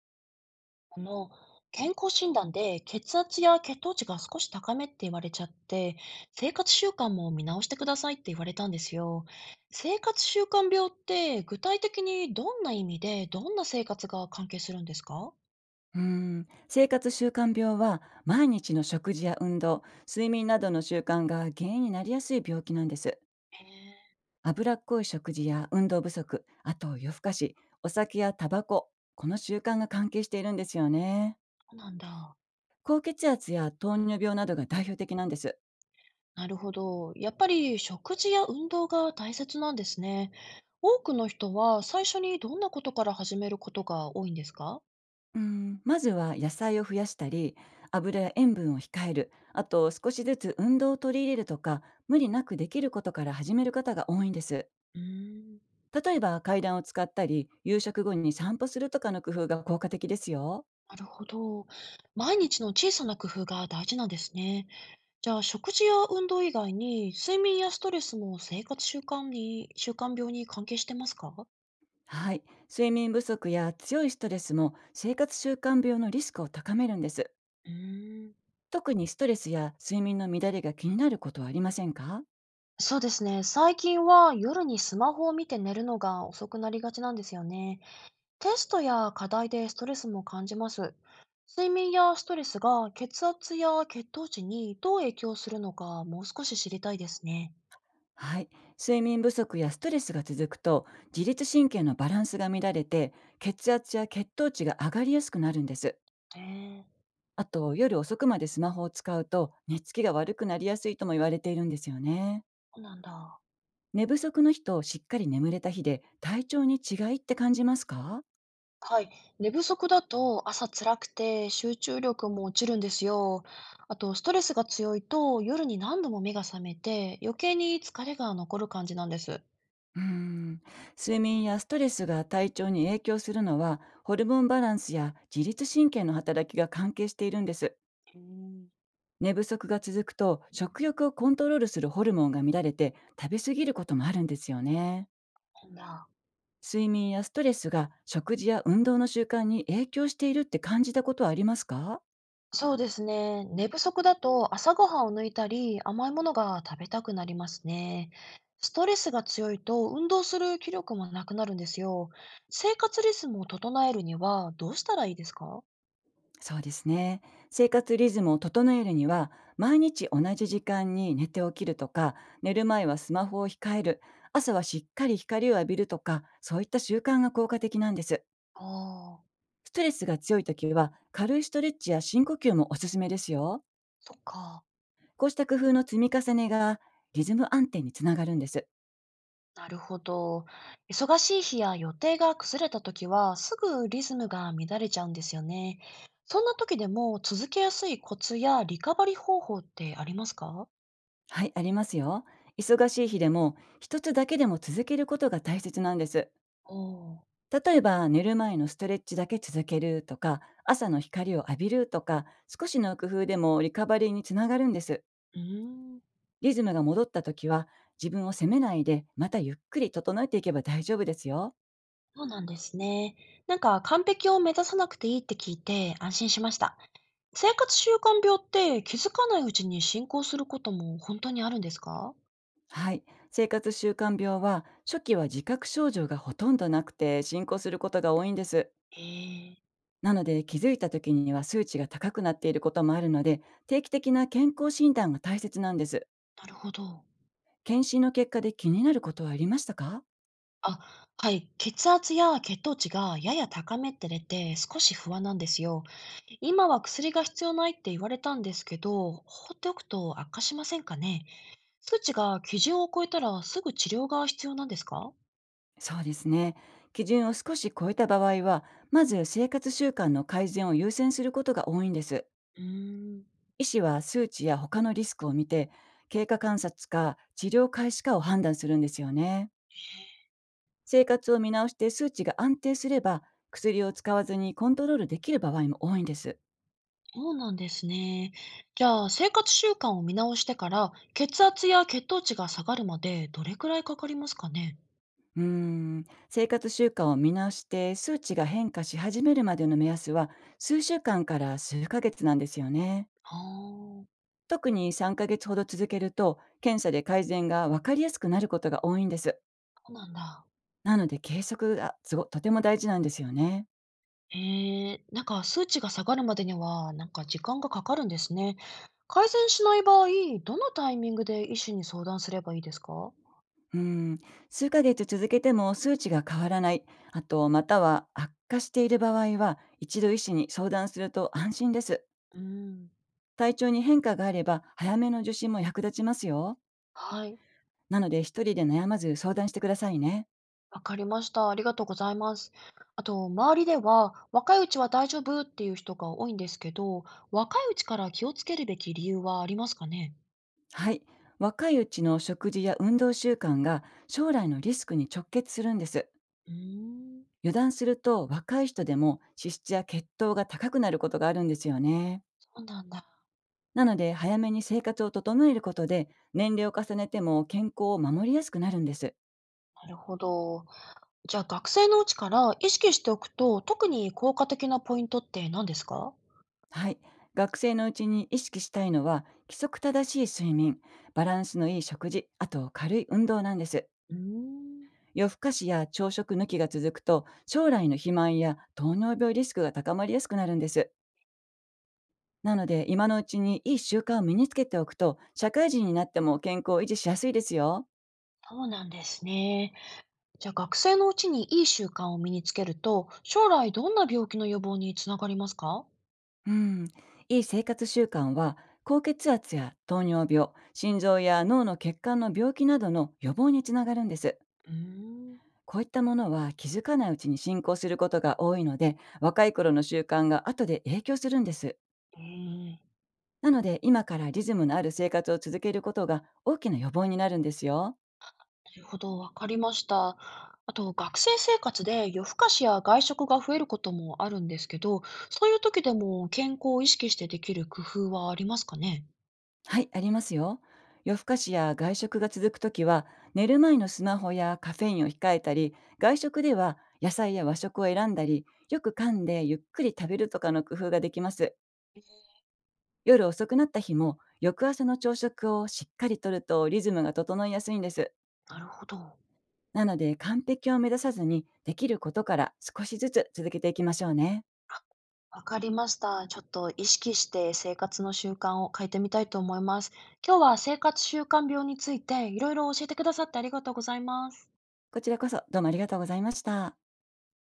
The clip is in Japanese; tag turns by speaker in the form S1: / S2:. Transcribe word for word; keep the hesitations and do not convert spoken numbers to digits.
S1: あの、健康診断で血圧や血糖値が少し高めって言われちゃって、生活習慣も見直してくださいって言われたんですよ。生活習慣病って具体的にどんな意味で、どんな生活が関係するんですか？
S2: うーん、生活習慣病は毎日の食事や運動、睡眠などの習慣が原因になりやすい病気なんです。
S1: へえ。
S2: 脂っこい食事や運動不足、あと夜更かし、お酒やタバコ、この習慣が関係しているんですよね。
S1: そうなんだ。
S2: 高血圧や糖尿病などが代表的なんです。
S1: なるほど。やっぱり食事や運動が大切なんですね。多くの人は最初にどんなことから始めることが多いんですか？
S2: うーん、まずは野菜を増やしたり、油や塩分を控える、あと少しずつ運動を取り入れるとか、無理なくできることから始める方が多いんです。
S1: うーん。
S2: 例えば階段を使ったり、夕食後に散歩するとかの工夫が効果的ですよ。
S1: なるほど。毎日の小さな工夫が大事なんですね。じゃあ、食事や運動以外に、睡眠やストレスも生活習慣に、習慣病に関係してますか？
S2: はい。睡眠不足や強いストレスも生活習慣病のリスクを高めるんです。
S1: うーん。
S2: 特にストレスや睡眠の乱れが気になることはありませんか？
S1: そうですね。最近は夜にスマホを見て寝るのが遅くなりがちなんですよね。テストや課題でストレスも感じます。睡眠やストレスが血圧や血糖値にどう影響するのか、もう少し知りたいですね。
S2: はい。睡眠不足やストレスが続くと、自律神経のバランスが乱れて、血圧や血糖値が上がりやすくなるんです。
S1: へえー。
S2: あと、夜遅くまでスマホを使うと、寝つきが悪くなりやすいとも言われているんですよね。
S1: そうなんだ。
S2: 寝不足の日としっかり眠れた日で体調に違いって感じますか？
S1: はい。寝不足だと朝辛くて集中力も落ちるんですよ。あと、ストレスが強いと夜に何度も目が覚めて余計に疲れが残る感じなんです。
S2: うーん睡眠やストレスが体調に影響するのはホルモンバランスや自律神経の働きが関係しているんです。
S1: うん、
S2: 寝不足が続くと食欲をコントロールするホルモンが乱れて食べ過ぎることもあるんですよね。
S1: なんだ。
S2: 睡眠やストレスが食事や運動の習慣に影響しているって感じたことはありますか？
S1: そうですね。寝不足だと朝ごはんを抜いたり甘いものが食べたくなりますね。ストレスが強いと運動する気力もなくなるんですよ。生活リズムを整えるにはどうしたらいいですか？
S2: そうですね。生活リズムを整えるには、毎日同じ時間に寝て起きるとか、寝る前はスマホを控える、朝はしっかり光を浴びるとか、そういった習慣が効果的なんです。
S1: ああー、
S2: ストレスが強い時は、軽いストレッチや深呼吸もおすすめですよ。
S1: そっか。
S2: こうした工夫の積み重ねが、リズム安定につながるんです。
S1: なるほど。忙しい日や予定が崩れた時は、すぐリズムが乱れちゃうんですよね。そんな時でも続けやすいコツやリカバリー方法ってありますか？
S2: はい、ありますよ。忙しい日でも、一つだけでも続けることが大切なんです。
S1: おー。
S2: 例えば寝る前のストレッチだけ続けるとか、朝の光を浴びるとか、少しの工夫でもリカバリーにつながるんです。
S1: うーん、
S2: リズムが戻った時は、自分を責めないで、またゆっくり整えていけば大丈夫ですよ。
S1: そうなんですね。なんか完璧を目指さなくていいって聞いて安心しました。生活習慣病って気づかないうちに進行することも本当にあるんですか？
S2: はい。生活習慣病は初期は自覚症状がほとんどなくて進行することが多いんです。
S1: ええー、
S2: なので、気づいた時には数値が高くなっていることもあるので、定期的な健康診断が大切なんです。
S1: なるほど。
S2: 検診の結果で気になることはありましたか？
S1: あ、はい。血圧や血糖値がやや高めって出て、少し不安なんですよ。今は薬が必要ないって言われたんですけど、放っておくと悪化しませんかね。数値が基準を超えたらすぐ治療が必要なんですか？
S2: そうですね。基準を少し超えた場合は、まず生活習慣の改善を優先することが多いんです。
S1: うーん、
S2: 医師は数値や他のリスクを見て、経過観察か治療開始かを判断するんですよね。生活を見直して数値が安定すれば、薬を使わずにコントロールできる場合も多いんです。
S1: そうなんですね。じゃあ、生活習慣を見直してから、血圧や血糖値が下がるまでどれくらいかかりますかね。
S2: うーん、生活習慣を見直して数値が変化し始めるまでの目安は、数週間から数ヶ月なんですよね。
S1: ああー、
S2: 特にさんかげつほど続けると、検査で改善がわかりやすくなることが多いんです。
S1: そうなんだ。
S2: なので、計測がすごとても大事なんですよね。
S1: えー、なんか数値が下がるまでには、なんか時間がかかるんですね。改善しない場合、どのタイミングで医師に相談すればいいですか？
S2: うん、数ヶ月続けても数値が変わらない、あと、または悪化している場合は、一度医師に相談すると安心です。
S1: うん、
S2: 体調に変化があれば、早めの受診も役立ちますよ。
S1: はい、
S2: なので、一人で悩まず相談してくださいね。
S1: わかりました。ありがとうございます。あと、周りでは若いうちは大丈夫っていう人が多いんですけど、若いうちから気をつけるべき理由はありますかね？
S2: はい。若いうちの食事や運動習慣が将来のリスクに直結するんです。
S1: うーん、
S2: 油断すると若い人でも脂質や血糖が高くなることがあるんですよね。
S1: そうなんだ。
S2: なので、早めに生活を整えることで年齢を重ねても健康を守りやすくなるんです。
S1: なるほど。じゃあ学生のうちから意識しておくと、特に効果的なポイントって何ですか？
S2: はい。学生のうちに意識したいのは規則正しい睡眠、バランスのいい食事、あと軽い運動なんです。
S1: うーん。
S2: 夜更かしや朝食抜きが続くと将来の肥満や糖尿病リスクが高まりやすくなるんです。なので、今のうちにいい習慣を身につけておくと社会人になっても健康を維持しやすいですよ。
S1: そうなんですね。じゃあ学生のうちにいい習慣を身につけると、将来どんな病気の予防につながりますか？
S2: うん、いい生活習慣は高血圧や糖尿病、心臓や脳の血管の病気などの予防につながるんです。
S1: うーん。
S2: こういったものは気づかないうちに進行することが多いので、若い頃の習慣が後で影響するんです。
S1: うーん、な
S2: なので、今からリズムのある生活を続けることが大きな予防になるんですよ。
S1: るほど、わかりました。あと、学生生活で夜更かしや外食が増えることもあるんですけど、そういう時でも健康を意識してできる工夫はありますかね？
S2: はい、ありますよ。夜更かしや外食が続くときは、寝る前のスマホやカフェインを控えたり、外食では野菜や和食を選んだり、よく噛んでゆっくり食べるとかの工夫ができます。夜遅くなった日も、翌朝の朝食をしっかりとるとリズムが整いやすいんです。
S1: なるほど。
S2: なので、完璧を目指さずに、できることから少しずつ続けていきましょうね。
S1: あ、わかりました。ちょっと意識して生活の習慣を変えてみたいと思います。今日は生活習慣病についていろいろ教えてくださってありがとうございます。
S2: こちらこそどうもありがとうございました。